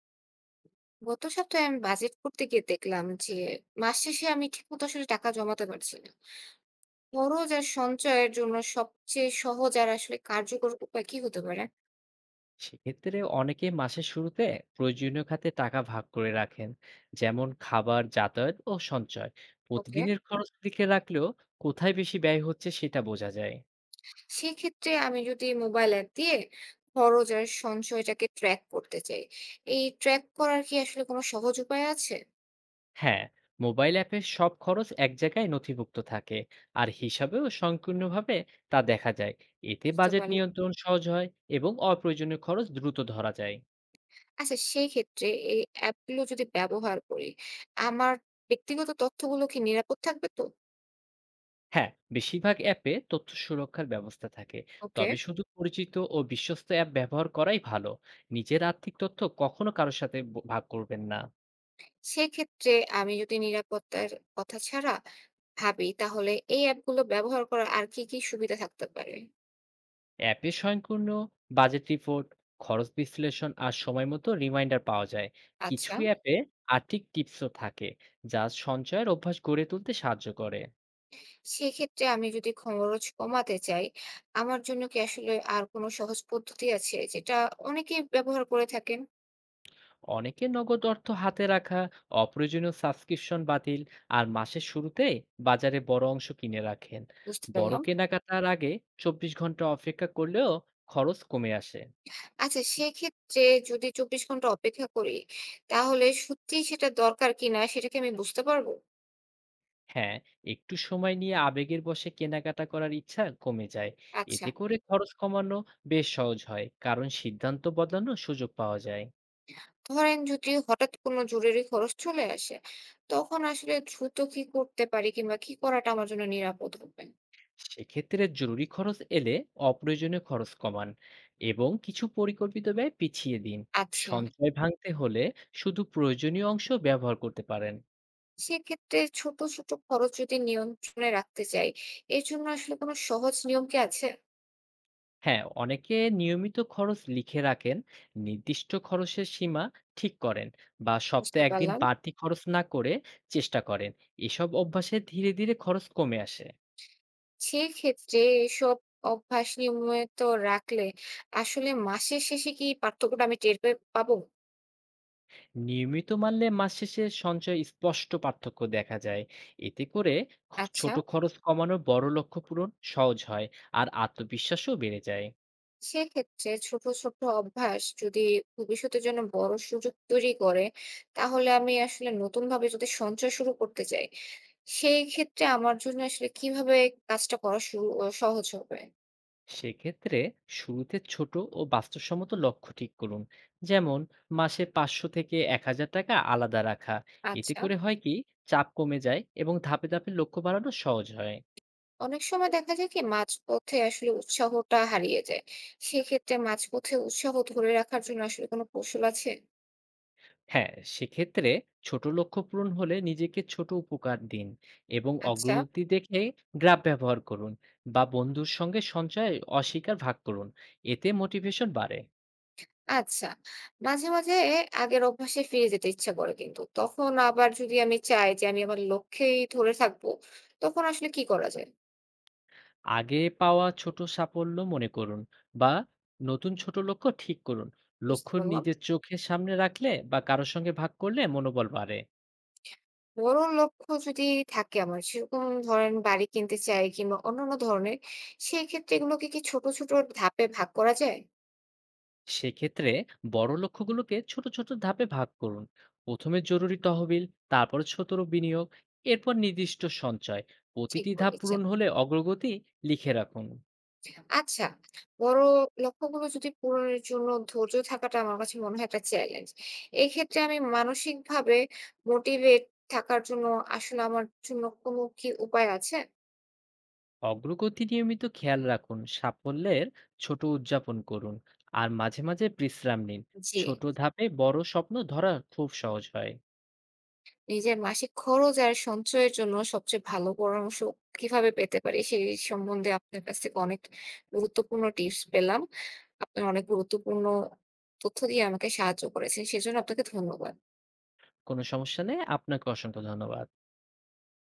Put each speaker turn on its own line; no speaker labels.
গত সপ্তাহে আমি বাজেট করতে গিয়ে দেখলাম যে মাস শেষে আমি ঠিকমতো আসলে টাকা জমাতে পারছি না। খরচ আর সঞ্চয়ের জন্য সবচেয়ে সহজ আর আসলে কার্যকর উপায় কি হতে পারে?
সেক্ষেত্রে অনেকে মাসের শুরুতে প্রয়োজনীয় খাতে টাকা ভাগ করে রাখেন, যেমন খাবার, যাতায়াত ও সঞ্চয়।
ওকে,
প্রতিদিনের খরচ লিখে রাখলেও কোথায় বেশি ব্যয় হচ্ছে সেটা বোঝা যায়।
সেক্ষেত্রে আমি যদি মোবাইল অ্যাপ দিয়ে খরচ আর সঞ্চয়টাকে ট্র্যাক করতে চাই, এই ট্র্যাক করার কি আসলে কোনো সহজ উপায় আছে?
হ্যাঁ, মোবাইল অ্যাপে সব খরচ এক জায়গায় নথিভুক্ত থাকে আর হিসাবেও সংকীর্ণভাবে তা দেখা যায়। এতে
বুঝতে
বাজেট
পারলাম।
নিয়ন্ত্রণ সহজ হয় এবং অপ্রয়োজনীয় খরচ দ্রুত ধরা যায়।
আচ্ছা, সেই ক্ষেত্রে এই অ্যাপগুলো যদি ব্যবহার করি, আমার ব্যক্তিগত তথ্যগুলো কি নিরাপদ থাকবে তো?
হ্যাঁ, বেশিরভাগ অ্যাপে তথ্য সুরক্ষার ব্যবস্থা থাকে।
ওকে,
তবে শুধু পরিচিত ও বিশ্বস্ত অ্যাপ ব্যবহার করাই ভালো। নিজের আর্থিক তথ্য কখনো কারো সাথে ব ভাগ করবেন না।
সেক্ষেত্রে আমি যদি নিরাপত্তার কথা ছাড়া ভাবি, তাহলে এই অ্যাপগুলো ব্যবহার করার আর কি, কি সুবিধা থাকতে পারে?
অ্যাপে স্বয়ংক্রিয় বাজেট রিপোর্ট, খরচ বিশ্লেষণ আর সময়মতো রিমাইন্ডার পাওয়া যায়। কিছু
আচ্ছা,
অ্যাপে আর্থিক টিপসও থাকে, যা সঞ্চয়ের অভ্যাস গড়ে তুলতে সাহায্য করে।
সেক্ষেত্রে আমি যদি খরচ কমাতে চাই, আমার জন্য কি আসলে আর কোনো সহজ পদ্ধতি আছে যেটা অনেকেই ব্যবহার করে থাকেন?
অনেকে নগদ অর্থ হাতে রাখা, অপ্রয়োজনীয় সাবস্ক্রিপশন বাতিল আর মাসের শুরুতে বাজারে বড় অংশ কিনে রাখেন।
বুঝতে
বড়
পারলাম।
কেনাকাটার আগে 24 ঘন্টা অপেক্ষা করলেও খরচ কমে আসে।
আচ্ছা, সেক্ষেত্রে যদি ২৪ ঘন্টা অপেক্ষা করি, তাহলে সত্যিই সেটা দরকার কিনা সেটা কি আমি বুঝতে পারবো?
হ্যাঁ, একটু সময় নিয়ে আবেগের বশে কেনাকাটা করার ইচ্ছা কমে যায়।
আচ্ছা।
এতে করে খরচ কমানো বেশ সহজ হয়, কারণ সিদ্ধান্ত বদলানোর সুযোগ পাওয়া যায়।
ধরেন যদি হঠাৎ কোনো জরুরি খরচ চলে আসে, তখন আসলে দ্রুত কি করতে পারি, কিংবা কি করাটা আমার জন্য নিরাপদ হবে?
সেক্ষেত্রে জরুরি খরচ এলে অপ্রয়োজনীয় খরচ কমান এবং কিছু পরিকল্পিত ব্যয় পিছিয়ে দিন।
আচ্ছা,
সঞ্চয় ভাঙতে হলে শুধু প্রয়োজনীয় অংশ ব্যবহার করতে পারেন।
সেক্ষেত্রে ছোট ছোট খরচ যদি নিয়ন্ত্রণে রাখতে চাই, এর জন্য আসলে কোনো সহজ নিয়ম কি আছে?
হ্যাঁ, অনেকে নিয়মিত খরচ লিখে রাখেন, নির্দিষ্ট খরচের সীমা ঠিক করেন বা
বুঝতে
সপ্তাহে একদিন
পারলাম।
বাড়তি খরচ না করে চেষ্টা করেন। এসব অভ্যাসে ধীরে ধীরে খরচ কমে আসে।
সেক্ষেত্রে এসব অভ্যাস নিয়মিত রাখলে আসলে মাসের শেষে কি পার্থক্যটা আমি পাবো?
নিয়মিত মানলে মাস শেষে সঞ্চয়ে স্পষ্ট পার্থক্য দেখা যায়। এতে করে
আচ্ছা,
ছোট খরচ কমানোর বড় লক্ষ্য পূরণ সহজ হয়। আর আত্মবিশ্বাসও বেড়ে যায়।
সেক্ষেত্রে ছোট, ছোট অভ্যাস যদি ভবিষ্যতের জন্য বড় সুযোগ তৈরি করে, তাহলে আমি আসলে নতুনভাবে যদি সঞ্চয় শুরু করতে চাই, সেই ক্ষেত্রে আমার জন্য আসলে কিভাবে কাজটা করা শুরু সহজ হবে?
সেক্ষেত্রে শুরুতে ছোট ও বাস্তবসম্মত লক্ষ্য ঠিক করুন, যেমন মাসে 500 থেকে 1000 টাকা আলাদা রাখা। এতে
আচ্ছা।
করে হয় কি, চাপ কমে যায় এবং ধাপে ধাপে লক্ষ্য বাড়ানো সহজ হয়।
অনেক সময় দেখা যায় কি মাঝপথে আসলে উৎসাহটা হারিয়ে যায়। সেক্ষেত্রে মাঝপথে উৎসাহ ধরে রাখার জন্য আসলে কোনো কৌশল আছে?
হ্যাঁ, সেক্ষেত্রে ছোট লক্ষ্য পূরণ হলে নিজেকে ছোট উপকার দিন এবং
আচ্ছা।
অগ্রগতি দেখে গ্রাফ ব্যবহার করুন, বা বন্ধুর সঙ্গে সঞ্চয় অস্বীকার ভাগ করুন। এতে মোটিভেশন বাড়ে।
আচ্ছা, মাঝে, মাঝে আগের অভ্যাসে ফিরে যেতে ইচ্ছা করে কিন্তু। তখন আবার যদি আমি চাই যে আমি আমার লক্ষ্যেই ধরে থাকবো, তখন আসলে কি করা যায়?
আগে পাওয়া ছোট সাফল্য মনে করুন বা নতুন ছোট লক্ষ্য ঠিক করুন।
বুঝতে
লক্ষ্য
পারলাম।
নিজের চোখের সামনে রাখলে বা কারোর সঙ্গে ভাগ করলে মনোবল বাড়ে।
বড় লক্ষ্য যদি থাকে আমার, সেরকম ধরেন বাড়ি কিনতে চাই কিংবা অন্যান্য ধরনের, সেই ক্ষেত্রে এগুলোকে কি ছোট, ছোট ধাপে ভাগ করা যায়?
সেক্ষেত্রে বড় লক্ষ্যগুলোকে ছোট ছোট ধাপে ভাগ করুন। প্রথমে জরুরি তহবিল, তারপর ছোট বিনিয়োগ, এরপর নির্দিষ্ট সঞ্চয়।
ঠিক
প্রতিটি ধাপ
বলেছেন।
পূরণ হলে অগ্রগতি লিখে রাখুন।
আচ্ছা, বড় লক্ষ্যগুলো যদি পূরণের জন্য ধৈর্য থাকাটা আমার কাছে মনে হয় একটা চ্যালেঞ্জ। এক্ষেত্রে আমি মানসিকভাবে মোটিভেট থাকার জন্য আসলে আমার জন্য কোনো কি উপায় আছে?
অগ্রগতি নিয়মিত খেয়াল রাখুন, সাফল্যের ছোট উদযাপন করুন আর মাঝে মাঝে বিশ্রাম নিন।
জি।
ছোট ধাপে বড় স্বপ্ন ধরা খুব সহজ হয়।
নিজের মাসিক খরচ আর সঞ্চয়ের জন্য সবচেয়ে ভালো পরামর্শ কিভাবে পেতে পারি? সেই সম্বন্ধে আপনার কাছ থেকে অনেক গুরুত্বপূর্ণ টিপস পেলাম। আপনি অনেক গুরুত্বপূর্ণ তথ্য দিয়ে আমাকে সাহায্য করেছেন। সেজন্য আপনাকে ধন্যবাদ।
কোনো সমস্যা নেই, আপনাকে অসংখ্য ধন্যবাদ।